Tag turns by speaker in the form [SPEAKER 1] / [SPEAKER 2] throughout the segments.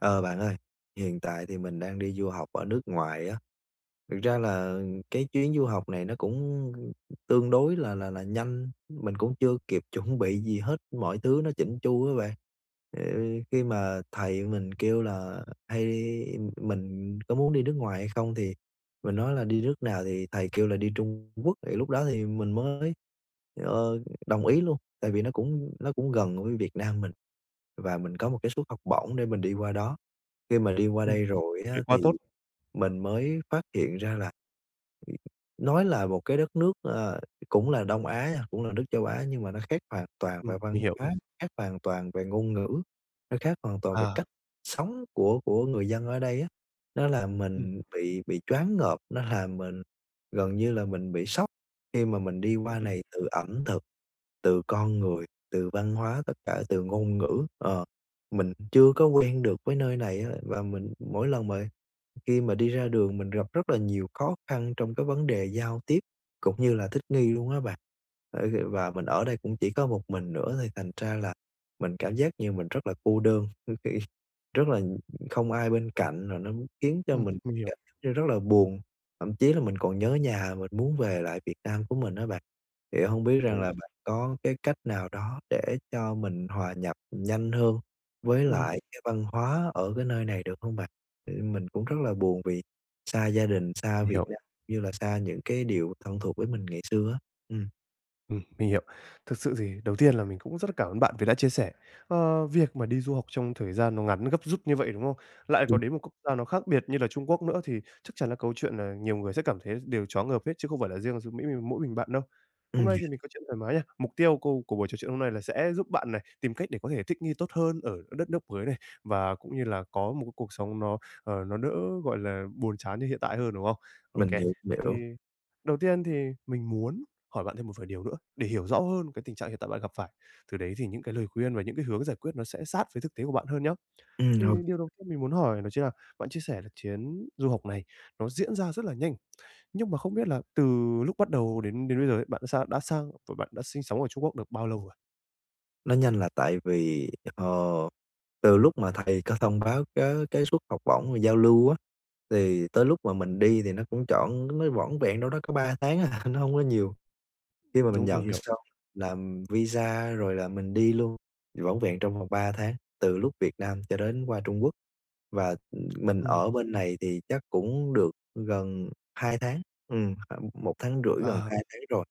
[SPEAKER 1] Ờ, Bạn ơi, hiện tại thì mình đang đi du học ở nước ngoài á. Thực ra là cái chuyến du học này nó cũng tương đối là nhanh, mình cũng chưa kịp chuẩn bị gì hết, mọi thứ nó chỉnh chu á bạn. Ờ, Khi mà thầy mình kêu là mình có muốn đi nước ngoài hay không thì mình nói là đi nước nào thì thầy kêu là đi Trung Quốc, thì lúc đó thì mình mới, ờ, đồng ý luôn, tại vì nó cũng gần với Việt Nam mình và mình có một cái suất học bổng để mình đi qua đó. Khi mà đi qua
[SPEAKER 2] Ừm,
[SPEAKER 1] đây rồi á,
[SPEAKER 2] vậy quá
[SPEAKER 1] thì
[SPEAKER 2] tốt.
[SPEAKER 1] mình mới phát hiện ra là nói là một cái đất nước, cũng là Đông Á nha, cũng là nước châu Á nhưng mà nó khác hoàn toàn về văn
[SPEAKER 2] Mình hiểu.
[SPEAKER 1] hóa, khác hoàn toàn về ngôn ngữ, nó khác hoàn toàn về
[SPEAKER 2] À,
[SPEAKER 1] cách sống của người dân ở đây á. Nó làm
[SPEAKER 2] ừm.
[SPEAKER 1] mình bị choáng ngợp, nó làm mình gần như là mình bị sốc khi mà mình đi qua
[SPEAKER 2] Ừm,
[SPEAKER 1] này từ ẩm thực, từ con người, từ văn hóa, tất cả từ ngôn ngữ. Ờ, mình chưa có quen được với nơi này á, và mình mỗi lần mà khi mà đi ra đường mình gặp rất là nhiều khó khăn trong cái vấn đề giao tiếp cũng như là thích nghi luôn á bạn. Và mình ở đây cũng chỉ có một mình nữa thì thành ra là mình cảm giác như mình rất là cô đơn, khi rất là không ai bên cạnh, rồi nó khiến cho mình
[SPEAKER 2] mình hiểu.
[SPEAKER 1] cảm giác như rất là buồn, thậm chí là mình còn nhớ nhà, mình muốn về lại Việt Nam của mình đó bạn. Thì không biết rằng
[SPEAKER 2] Rồi.
[SPEAKER 1] là bạn có cái cách nào đó để cho mình hòa nhập nhanh hơn với lại cái văn hóa ở cái nơi này được không bạn? Thì mình cũng rất là buồn vì xa gia đình, xa
[SPEAKER 2] Mình
[SPEAKER 1] Việt
[SPEAKER 2] hiểu.
[SPEAKER 1] Nam, như là xa những cái điều thân thuộc với mình ngày xưa á. Ừm.
[SPEAKER 2] Mình hiểu. Thực sự thì đầu tiên là mình cũng rất là cảm ơn bạn vì đã chia sẻ, việc mà đi du học trong thời gian nó ngắn gấp rút như vậy, đúng không? Lại
[SPEAKER 1] Đúng.
[SPEAKER 2] còn đến một quốc gia nó khác biệt như là Trung Quốc nữa thì chắc chắn là câu chuyện là nhiều người sẽ cảm thấy đều choáng ngợp hết chứ không phải là riêng giữa Mỹ mình mỗi mình bạn đâu. Hôm
[SPEAKER 1] Ừm,
[SPEAKER 2] nay thì mình có chuyện thoải mái nha. Mục tiêu câu của buổi trò chuyện hôm nay là sẽ giúp bạn này tìm cách để có thể thích nghi tốt hơn ở đất nước mới này và cũng như là có một cái cuộc sống nó đỡ, gọi là, buồn chán như hiện tại hơn, đúng không?
[SPEAKER 1] mình
[SPEAKER 2] OK.
[SPEAKER 1] hiểu,
[SPEAKER 2] Thì
[SPEAKER 1] hiểu.
[SPEAKER 2] đầu tiên thì mình muốn hỏi bạn thêm một vài điều nữa để hiểu rõ hơn cái tình trạng hiện tại bạn gặp phải. Từ đấy thì những cái lời khuyên và những cái hướng giải quyết nó sẽ sát với thực tế của bạn hơn nhá. Thì
[SPEAKER 1] Hông,
[SPEAKER 2] điều đầu tiên mình muốn hỏi đó chính là bạn chia sẻ là chuyến du học này nó diễn ra rất là nhanh, nhưng mà không biết là từ lúc bắt đầu đến đến bây giờ ấy, bạn đã sang và bạn đã sinh sống ở Trung Quốc được bao lâu rồi?
[SPEAKER 1] nó nhanh là tại vì, ờ, từ lúc mà thầy có thông báo cái suất học bổng và giao lưu á, thì tới lúc mà mình đi thì nó cũng trọn nó vỏn vẹn đâu đó có 3 tháng à, nó hông có nhiều. Khi mà mình
[SPEAKER 2] Đúng, mình
[SPEAKER 1] nhận
[SPEAKER 2] hiểu.
[SPEAKER 1] xong làm visa rồi là mình đi luôn, vỏn vẹn trong vòng 3 tháng, từ lúc Việt Nam cho đến qua Trung Quốc. Và, mình
[SPEAKER 2] Ừm,
[SPEAKER 1] ở bên này thì chắc cũng được gần 2 tháng, khoảng tháng rưỡi, gần
[SPEAKER 2] à,
[SPEAKER 1] 2 tháng rồi.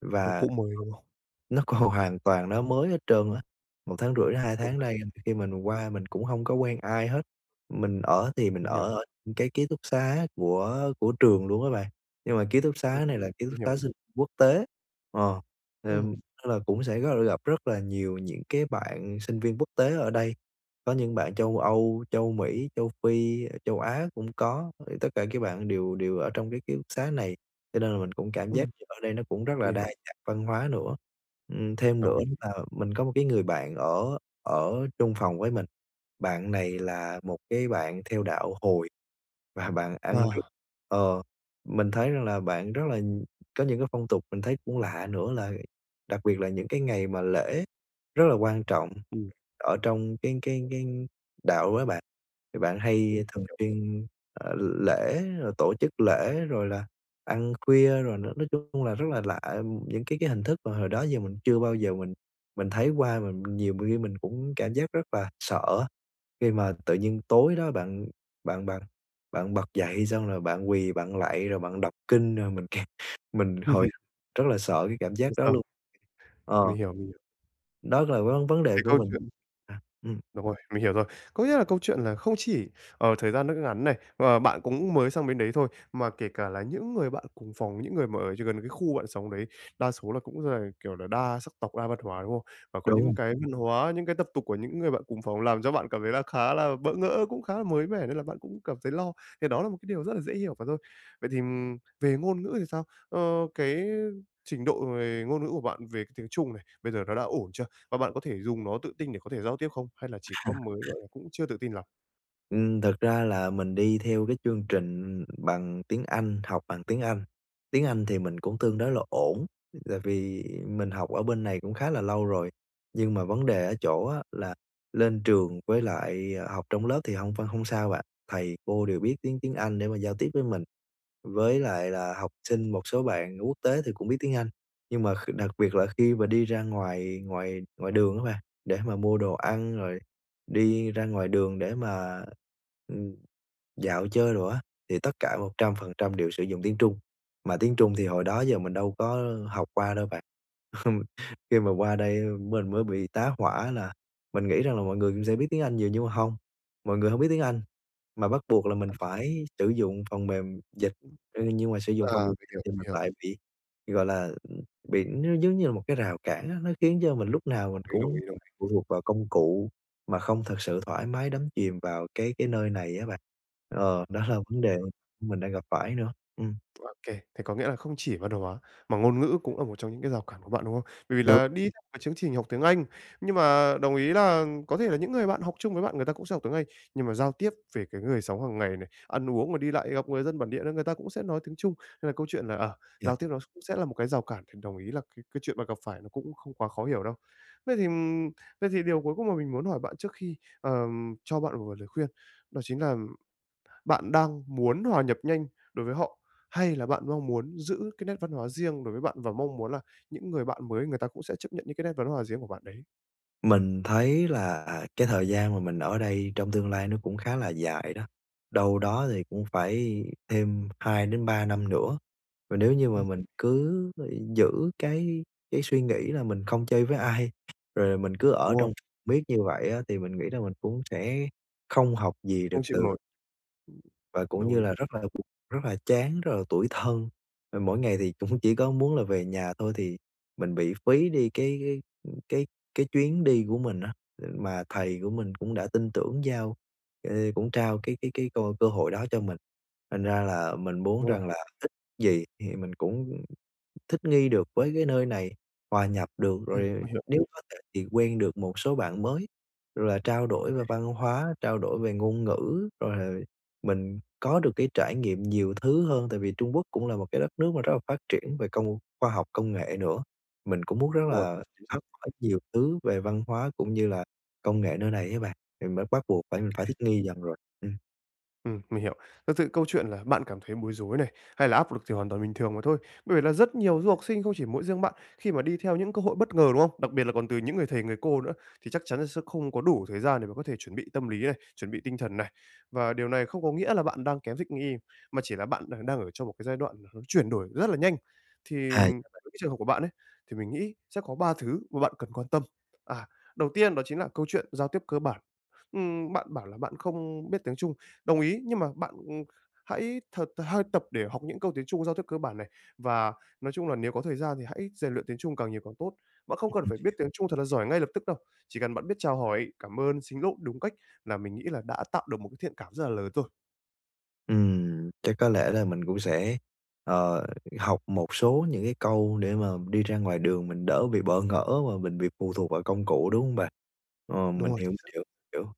[SPEAKER 1] Và
[SPEAKER 2] cũng mới, đúng không?
[SPEAKER 1] nó còn hoàn toàn nó mới hết trơn á. 1 tháng rưỡi đến 2
[SPEAKER 2] Đúng
[SPEAKER 1] tháng
[SPEAKER 2] rồi,
[SPEAKER 1] nay khi mình qua mình cũng hông có quen ai hết. Mình ở thì mình
[SPEAKER 2] mình hiểu,
[SPEAKER 1] ở ở cái ký túc xá của trường luôn á bạn, nhưng mà ký túc
[SPEAKER 2] ừm,
[SPEAKER 1] xá này là ký túc
[SPEAKER 2] mình hiểu,
[SPEAKER 1] xá sinh viên quốc tế. Ờ,
[SPEAKER 2] ừm,
[SPEAKER 1] Nên là cũng sẽ rất là gặp rất là nhiều những cái bạn sinh viên quốc tế ở đây, có những bạn châu Âu, châu Mỹ, châu Phi, châu Á cũng có, thì tất cả các bạn đều đều ở trong cái ký túc xá này. Cho nên là mình cũng cảm giác
[SPEAKER 2] ừm,
[SPEAKER 1] như ở đây nó cũng rất là
[SPEAKER 2] mình
[SPEAKER 1] đa
[SPEAKER 2] hiểu,
[SPEAKER 1] dạng văn hóa nữa. Thêm
[SPEAKER 2] đồng
[SPEAKER 1] nữa
[SPEAKER 2] ý.
[SPEAKER 1] là mình có một cái người bạn ở ở chung phòng với mình, bạn này là một cái bạn theo đạo Hồi. Và bạn ăn rất
[SPEAKER 2] À,
[SPEAKER 1] ờ, Mình thấy rằng là bạn rất là có những cái phong tục mình thấy cũng lạ nữa là đặc biệt là những cái ngày mà lễ rất là quan trọng
[SPEAKER 2] ừm,
[SPEAKER 1] ở trong cái đạo á bạn, thì bạn
[SPEAKER 2] ừm,
[SPEAKER 1] hay thường xuyên, ờ, lễ, rồi tổ chức lễ, rồi là ăn khuya, rồi nói chung là rất là lạ, những cái hình thức mà hồi đó giờ mình chưa bao giờ mình thấy qua, mình nhiều khi mình cũng cảm giác rất là sợ khi mà tự nhiên tối đó bạn bạn bạn bạn bật dậy xong rồi bạn quỳ bạn lạy, rồi bạn đọc kinh, rồi mình hồi rất là sợ cái cảm
[SPEAKER 2] không
[SPEAKER 1] giác đó
[SPEAKER 2] sao,
[SPEAKER 1] luôn. Ờ,
[SPEAKER 2] mình hiểu, mình hiểu.
[SPEAKER 1] Đó là vấn vấn đề
[SPEAKER 2] Cái
[SPEAKER 1] của
[SPEAKER 2] câu
[SPEAKER 1] mình.
[SPEAKER 2] chuyện
[SPEAKER 1] À,
[SPEAKER 2] Đúng rồi, mình hiểu rồi. Có nghĩa là câu chuyện là không chỉ, ở thời gian rất ngắn này, và bạn cũng mới sang bên đấy thôi, mà kể cả là những người bạn cùng phòng, những người mà ở gần cái khu bạn sống đấy, đa số là cũng là, kiểu là, đa sắc tộc, đa văn hóa, đúng không? Và có những
[SPEAKER 1] đúng.
[SPEAKER 2] cái văn hóa, những cái tập tục của những người bạn cùng phòng làm cho bạn cảm thấy là khá là bỡ ngỡ, cũng khá là mới mẻ nên là bạn cũng cảm thấy lo, thì đó là một cái điều rất là dễ hiểu mà thôi. Vậy thì, về ngôn ngữ thì sao? Ờ, cái trình độ về ngôn ngữ của bạn về cái tiếng Trung này, bây giờ nó đã ổn chưa? Và bạn có thể dùng nó tự tin để có thể giao tiếp không? Hay là chỉ có mới, gọi là, cũng chưa tự tin lắm?
[SPEAKER 1] Thật ra là mình đi theo cái chương trình bằng tiếng Anh, học bằng tiếng Anh. Tiếng Anh thì mình cũng tương đối là ổn, tại vì mình học ở bên này cũng khá là lâu rồi. Nhưng mà vấn đề ở chỗ á là lên trường với lại, học trong lớp thì hông sao bạn, thầy cô đều biết tiếng tiếng Anh để mà giao tiếp với mình. Với lại là học sinh một số bạn quốc tế thì cũng biết tiếng Anh, nhưng mà đặc biệt là khi mà đi ra ngoài ngoài ngoài đường á bạn, để mà mua đồ ăn rồi đi ra ngoài đường để mà, ừm, dạo chơi rồi á, thì tất cả 100% đều sử dụng tiếng Trung, mà tiếng Trung thì hồi đó giờ mình đâu có học qua đâu bạn. Khi mà qua đây mình mới bị tá hỏa là mình nghĩ rằng là mọi người cũng sẽ biết tiếng Anh nhiều nhưng mà không mọi người không biết tiếng Anh. Mà bắt buộc là mình phải sử dụng phần mềm dịch,
[SPEAKER 2] Ừm.
[SPEAKER 1] nhưng mà sử dụng
[SPEAKER 2] À,
[SPEAKER 1] phần mềm
[SPEAKER 2] mình
[SPEAKER 1] dịch
[SPEAKER 2] hiểu,
[SPEAKER 1] thì mình
[SPEAKER 2] mình hiểu.
[SPEAKER 1] lại bị, gọi là, bị nó giống như là một cái rào cản á, nó khiến cho mình lúc nào mình
[SPEAKER 2] Đồng
[SPEAKER 1] cũng
[SPEAKER 2] ý,
[SPEAKER 1] phụ thuộc vào công cụ mà không thật sự thoải mái đắm chìm vào cái nơi này á bạn. Đó là vấn đề mình đang gặp phải nữa.
[SPEAKER 2] OK, kê, thế có nghĩa là không chỉ văn hóa mà ngôn ngữ cũng là một trong những cái rào cản của bạn, đúng không? Bởi vì
[SPEAKER 1] Đúng
[SPEAKER 2] là đi theo cái chương trình học tiếng Anh, nhưng mà đồng ý là có thể là những người bạn học chung với bạn người ta cũng sẽ học tiếng Anh, nhưng mà giao tiếp về cái người sống hàng ngày này, ăn uống rồi đi lại gặp người dân bản địa nữa, người ta cũng sẽ nói tiếng Trung, nên là câu chuyện là, ở
[SPEAKER 1] nha.
[SPEAKER 2] giao tiếp nó cũng sẽ là một cái rào cản, thì đồng ý là cái chuyện bạn gặp phải nó cũng không quá khó hiểu đâu. Vậy thì, ừm, vậy thì điều cuối cùng mà mình muốn hỏi bạn trước khi, cho bạn một vài lời khuyên đó chính là bạn đang muốn hòa nhập nhanh đối với họ, hay là bạn mong muốn giữ cái nét văn hóa riêng đối với bạn và mong muốn là những người bạn mới người ta cũng sẽ chấp nhận những cái nét văn hóa riêng của bạn đấy?
[SPEAKER 1] Mình thấy là cái thời gian mà mình ở đây trong tương lai nó cũng khá là dài đó, đâu đó thì cũng phải thêm 2 đến 3 năm nữa. Và nếu như mà
[SPEAKER 2] Ừm,
[SPEAKER 1] mình cứ giữ cái cái suy nghĩ là mình không chơi với ai, rồi mình cứ ở
[SPEAKER 2] đúng rồi,
[SPEAKER 1] trong biết như vậy á, thì mình nghĩ là mình cũng sẽ không học gì
[SPEAKER 2] không
[SPEAKER 1] được
[SPEAKER 2] chịu
[SPEAKER 1] từ
[SPEAKER 2] nổi,
[SPEAKER 1] và cũng
[SPEAKER 2] đồng
[SPEAKER 1] như
[SPEAKER 2] ý,
[SPEAKER 1] là rất là buồn, rất là chán, rất là tủi thân. Và mỗi ngày thì cũng chỉ có muốn là về nhà thôi thì mình bị phí đi cái cái chuyến đi của mình á, mà thầy của mình cũng đã tin tưởng giao, cũng trao cái cơ cơ hội đó cho mình. Thành ra là mình muốn
[SPEAKER 2] đúng rồi,
[SPEAKER 1] rằng là ít gì thì mình cũng thích nghi được với cái nơi này, hòa nhập được, rồi
[SPEAKER 2] mình hiểu,
[SPEAKER 1] nếu có thể thì quen được một số bạn mới, rồi là trao đổi về văn hóa, trao đổi về ngôn ngữ, rồi là mình có được cái trải nghiệm nhiều thứ hơn. Tại vì Trung Quốc cũng là một cái đất nước mà rất là phát triển về khoa học công nghệ nữa, mình cũng muốn rất
[SPEAKER 2] đúng rồi,
[SPEAKER 1] là
[SPEAKER 2] chính xác.
[SPEAKER 1] học hỏi nhiều thứ về văn hóa cũng như là công nghệ nơi này ấy bạn, thì mới bắt buộc phải mình phải thích nghi dần rồi. Ừm.
[SPEAKER 2] Mình hiểu. Thật sự câu chuyện là bạn cảm thấy bối rối này, hay là áp lực thì hoàn toàn bình thường mà thôi. Bởi vì là rất nhiều du học sinh không chỉ mỗi riêng bạn, khi mà đi theo những cơ hội bất ngờ, đúng không? Đặc biệt là còn từ những người thầy, người cô nữa, thì chắc chắn là sẽ không có đủ thời gian để mà có thể chuẩn bị tâm lý này, chuẩn bị tinh thần này. Và điều này không có nghĩa là bạn đang kém thích nghi, mà chỉ là bạn đang đang ở trong một cái giai đoạn nó chuyển đổi rất là nhanh. Thì
[SPEAKER 1] À.
[SPEAKER 2] với cái trường hợp của bạn ấy, thì mình nghĩ sẽ có 3 thứ mà bạn cần quan tâm. À, đầu tiên đó chính là câu chuyện giao tiếp cơ bản. Bạn bảo là bạn không biết tiếng Trung, đồng ý, nhưng mà bạn, hãy thật hơi tập để học những câu tiếng Trung giao tiếp cơ bản này. Và nói chung là nếu có thời gian thì hãy rèn luyện tiếng Trung càng nhiều càng tốt. Bạn không cần phải biết tiếng Trung thật là giỏi ngay lập tức đâu, chỉ cần bạn biết chào hỏi, cảm ơn, xin lỗi đúng cách là mình nghĩ là đã tạo được một cái thiện cảm rất là lớn rồi.
[SPEAKER 1] Chắc có lẽ là mình cũng sẽ, ờ, học một số những cái câu để mà đi ra ngoài đường mình đỡ bị bỡ ngỡ và mình bị phụ thuộc vào công cụ, đúng không bạn?
[SPEAKER 2] Đúng
[SPEAKER 1] Mình
[SPEAKER 2] rồi.
[SPEAKER 1] hiểu, mình hiểu, hiểu.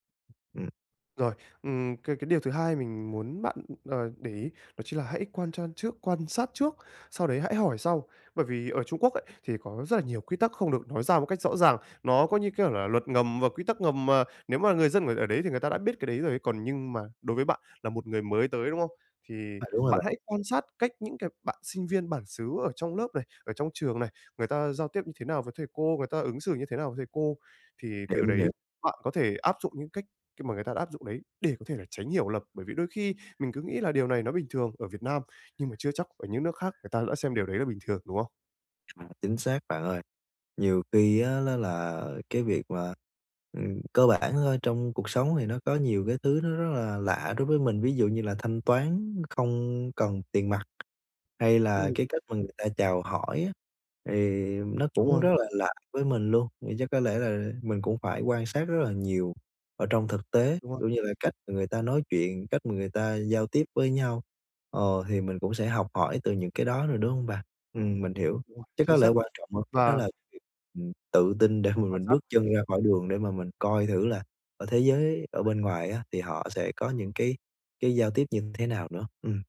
[SPEAKER 1] Ừm,
[SPEAKER 2] Rồi, cái điều thứ hai mình muốn bạn, để ý đó chính là hãy quan sát trước, sau đấy hãy hỏi sau. Bởi vì ở Trung Quốc ấy, thì có rất là nhiều quy tắc không được nói ra một cách rõ ràng, nó có như kiểu là luật ngầm và quy tắc ngầm mà nếu mà người dân ở ở đấy thì người ta đã biết cái đấy rồi. Còn nhưng mà đối với bạn là một người mới tới, đúng không? Thì
[SPEAKER 1] à, đúng rồi
[SPEAKER 2] bạn
[SPEAKER 1] bạn,
[SPEAKER 2] hãy quan sát cách những cái bạn sinh viên bản xứ ở trong lớp này, ở trong trường này, người ta giao tiếp như thế nào với thầy cô, người ta ứng xử như thế nào với thầy cô. Thì
[SPEAKER 1] hiểu,
[SPEAKER 2] từ
[SPEAKER 1] mình hiểu.
[SPEAKER 2] đấy bạn có thể áp dụng những cách khi mà người ta đã áp dụng đấy để có thể là tránh hiểu lầm, bởi vì đôi khi mình cứ nghĩ là điều này nó bình thường ở Việt Nam, nhưng mà chưa chắc ở những nước khác người ta đã xem điều đấy là bình thường, đúng không?
[SPEAKER 1] À, chính xác bạn ơi. Nhiều khi á nó là cái việc mà, cơ bản thôi, trong cuộc sống thì nó có nhiều cái thứ nó rất là lạ đối với mình, ví dụ như là thanh toán không cần tiền mặt, hay là
[SPEAKER 2] Ừm,
[SPEAKER 1] cái cách mà người ta chào hỏi á, thì nó
[SPEAKER 2] đúng
[SPEAKER 1] cũng
[SPEAKER 2] rồi,
[SPEAKER 1] rất là lạ với mình luôn. Thì chắc có lẽ là mình cũng phải quan sát rất là nhiều ở trong thực tế,
[SPEAKER 2] đúng rồi,
[SPEAKER 1] kiểu như là cách mà người ta nói chuyện, cách mà người ta giao tiếp với nhau, thì mình cũng sẽ học hỏi từ những cái đó rồi đúng không bà? Mình hiểu
[SPEAKER 2] đúng rồi,
[SPEAKER 1] chứ có
[SPEAKER 2] chính
[SPEAKER 1] lẽ
[SPEAKER 2] xác.
[SPEAKER 1] quan trọng hơn đó
[SPEAKER 2] Và
[SPEAKER 1] là việc, tự tin để mà
[SPEAKER 2] quan
[SPEAKER 1] mình
[SPEAKER 2] sát
[SPEAKER 1] bước chân ra khỏi đường để mà mình coi thử là ở thế giới ở bên ngoài á, thì họ sẽ có những cái giao tiếp như thế nào nữa. Ừm.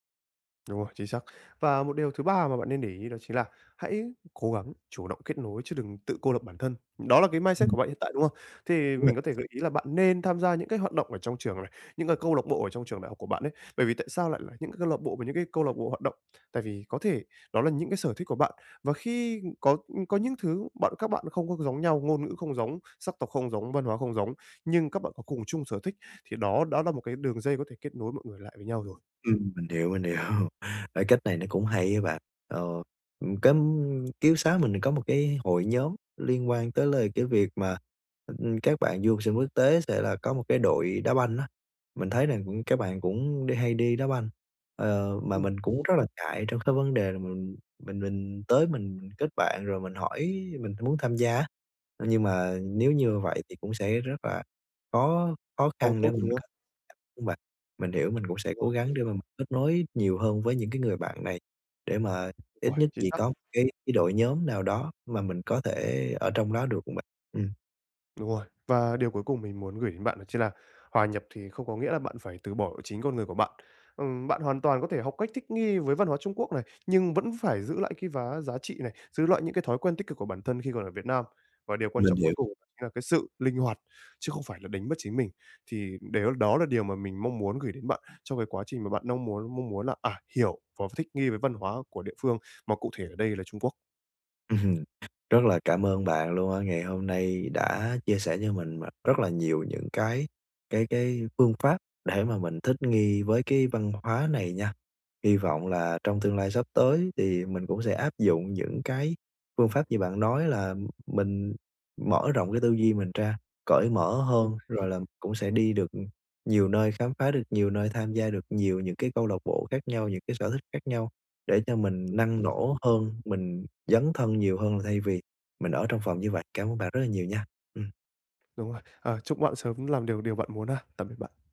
[SPEAKER 2] Đúng rồi, chính xác. Và một điều thứ ba mà bạn nên để ý đó chính là hãy cố gắng chủ động kết nối chứ đừng tự cô lập bản thân. Đó là cái mindset
[SPEAKER 1] Ừm.
[SPEAKER 2] của bạn hiện tại, đúng không? Thì mình có thể gợi ý là bạn nên tham gia những cái hoạt động ở trong trường này, những cái câu lạc bộ ở trong trường đại học của bạn ấy. Bởi vì tại sao lại là những cái câu lạc bộ và những cái câu lạc bộ hoạt động? Tại vì có thể đó là những cái sở thích của bạn và khi có những thứ các bạn không có giống nhau, ngôn ngữ không giống, sắc tộc không giống, văn hóa không giống, nhưng các bạn có cùng chung sở thích thì đó đó là một cái đường dây có thể kết nối mọi người lại với nhau rồi.
[SPEAKER 1] Mình hiểu, mình hiểu. Cái cách này nó cũng hay á bạn. Ờ, cái ký túc xá mình có một cái hội nhóm liên quan tới là cái việc mà, các bạn du học sinh quốc tế sẽ là có một cái đội đá banh á. Mình thấy rằng cũng các bạn cũng đi hay đi đá banh, mà
[SPEAKER 2] Ừm,
[SPEAKER 1] mình cũng rất là ngại trong cái vấn đề là mình tới mình kết bạn rồi mình hỏi mình muốn tham gia á. Nhưng mà nếu như vậy thì cũng sẽ rất là khó khó
[SPEAKER 2] câu
[SPEAKER 1] khăn để
[SPEAKER 2] tốt,
[SPEAKER 1] mình
[SPEAKER 2] đúng không?
[SPEAKER 1] Mình hiểu, mình cũng sẽ
[SPEAKER 2] Đúng rồi,
[SPEAKER 1] cố gắng để mà mình kết nối nhiều hơn với những cái người bạn này, để mà
[SPEAKER 2] đúng
[SPEAKER 1] ít
[SPEAKER 2] rồi,
[SPEAKER 1] nhất
[SPEAKER 2] chính
[SPEAKER 1] gì
[SPEAKER 2] xác,
[SPEAKER 1] có một cái đội nhóm nào đó mà mình có thể ở trong đó được bạn. Ừm,
[SPEAKER 2] đúng rồi. Và điều cuối cùng mình muốn gửi đến bạn đó chính là hòa nhập thì không có nghĩa là bạn phải từ bỏ chính con người của bạn. Bạn hoàn toàn có thể học cách thích nghi với văn hóa Trung Quốc này, nhưng vẫn phải giữ lại cái giá trị này, giữ lại những cái thói quen tích cực của bản thân khi còn ở Việt Nam. Và điều quan
[SPEAKER 1] mình
[SPEAKER 2] trọng cuối
[SPEAKER 1] hiểu.
[SPEAKER 2] cùng chính là cái sự linh hoạt, chứ không phải là đánh mất chính mình. Thì đều đó là điều mà mình mong muốn gửi đến bạn trong cái quá trình mà bạn mong muốn là, hiểu và thích nghi với văn hóa của địa phương, mà cụ thể ở đây là Trung Quốc.
[SPEAKER 1] Ừm, rất là cảm ơn bạn luôn á, ngày hôm nay đã chia sẻ cho mình mà rất là nhiều những cái phương pháp để mà mình thích nghi với cái văn hóa này nha. Hy vọng là trong tương lai sắp tới thì mình cũng sẽ áp dụng những cái phương pháp như bạn nói là mình mở rộng cái tư duy mình ra, cởi mở
[SPEAKER 2] Đúng,
[SPEAKER 1] hơn, rồi là cũng sẽ đi được nhiều nơi, khám phá được nhiều nơi, tham gia được nhiều những cái câu lạc bộ khác nhau, những cái sở thích khác nhau để cho mình
[SPEAKER 2] đúng,
[SPEAKER 1] năng nổ hơn, mình dấn thân nhiều hơn là thay vì mình ở trong phòng như vậy. Cảm ơn bạn rất là nhiều nha. Ừm.
[SPEAKER 2] đúng rồi. Ờ, chúc bạn sớm làm điều điều bạn muốn ha. Tạm biệt bạn.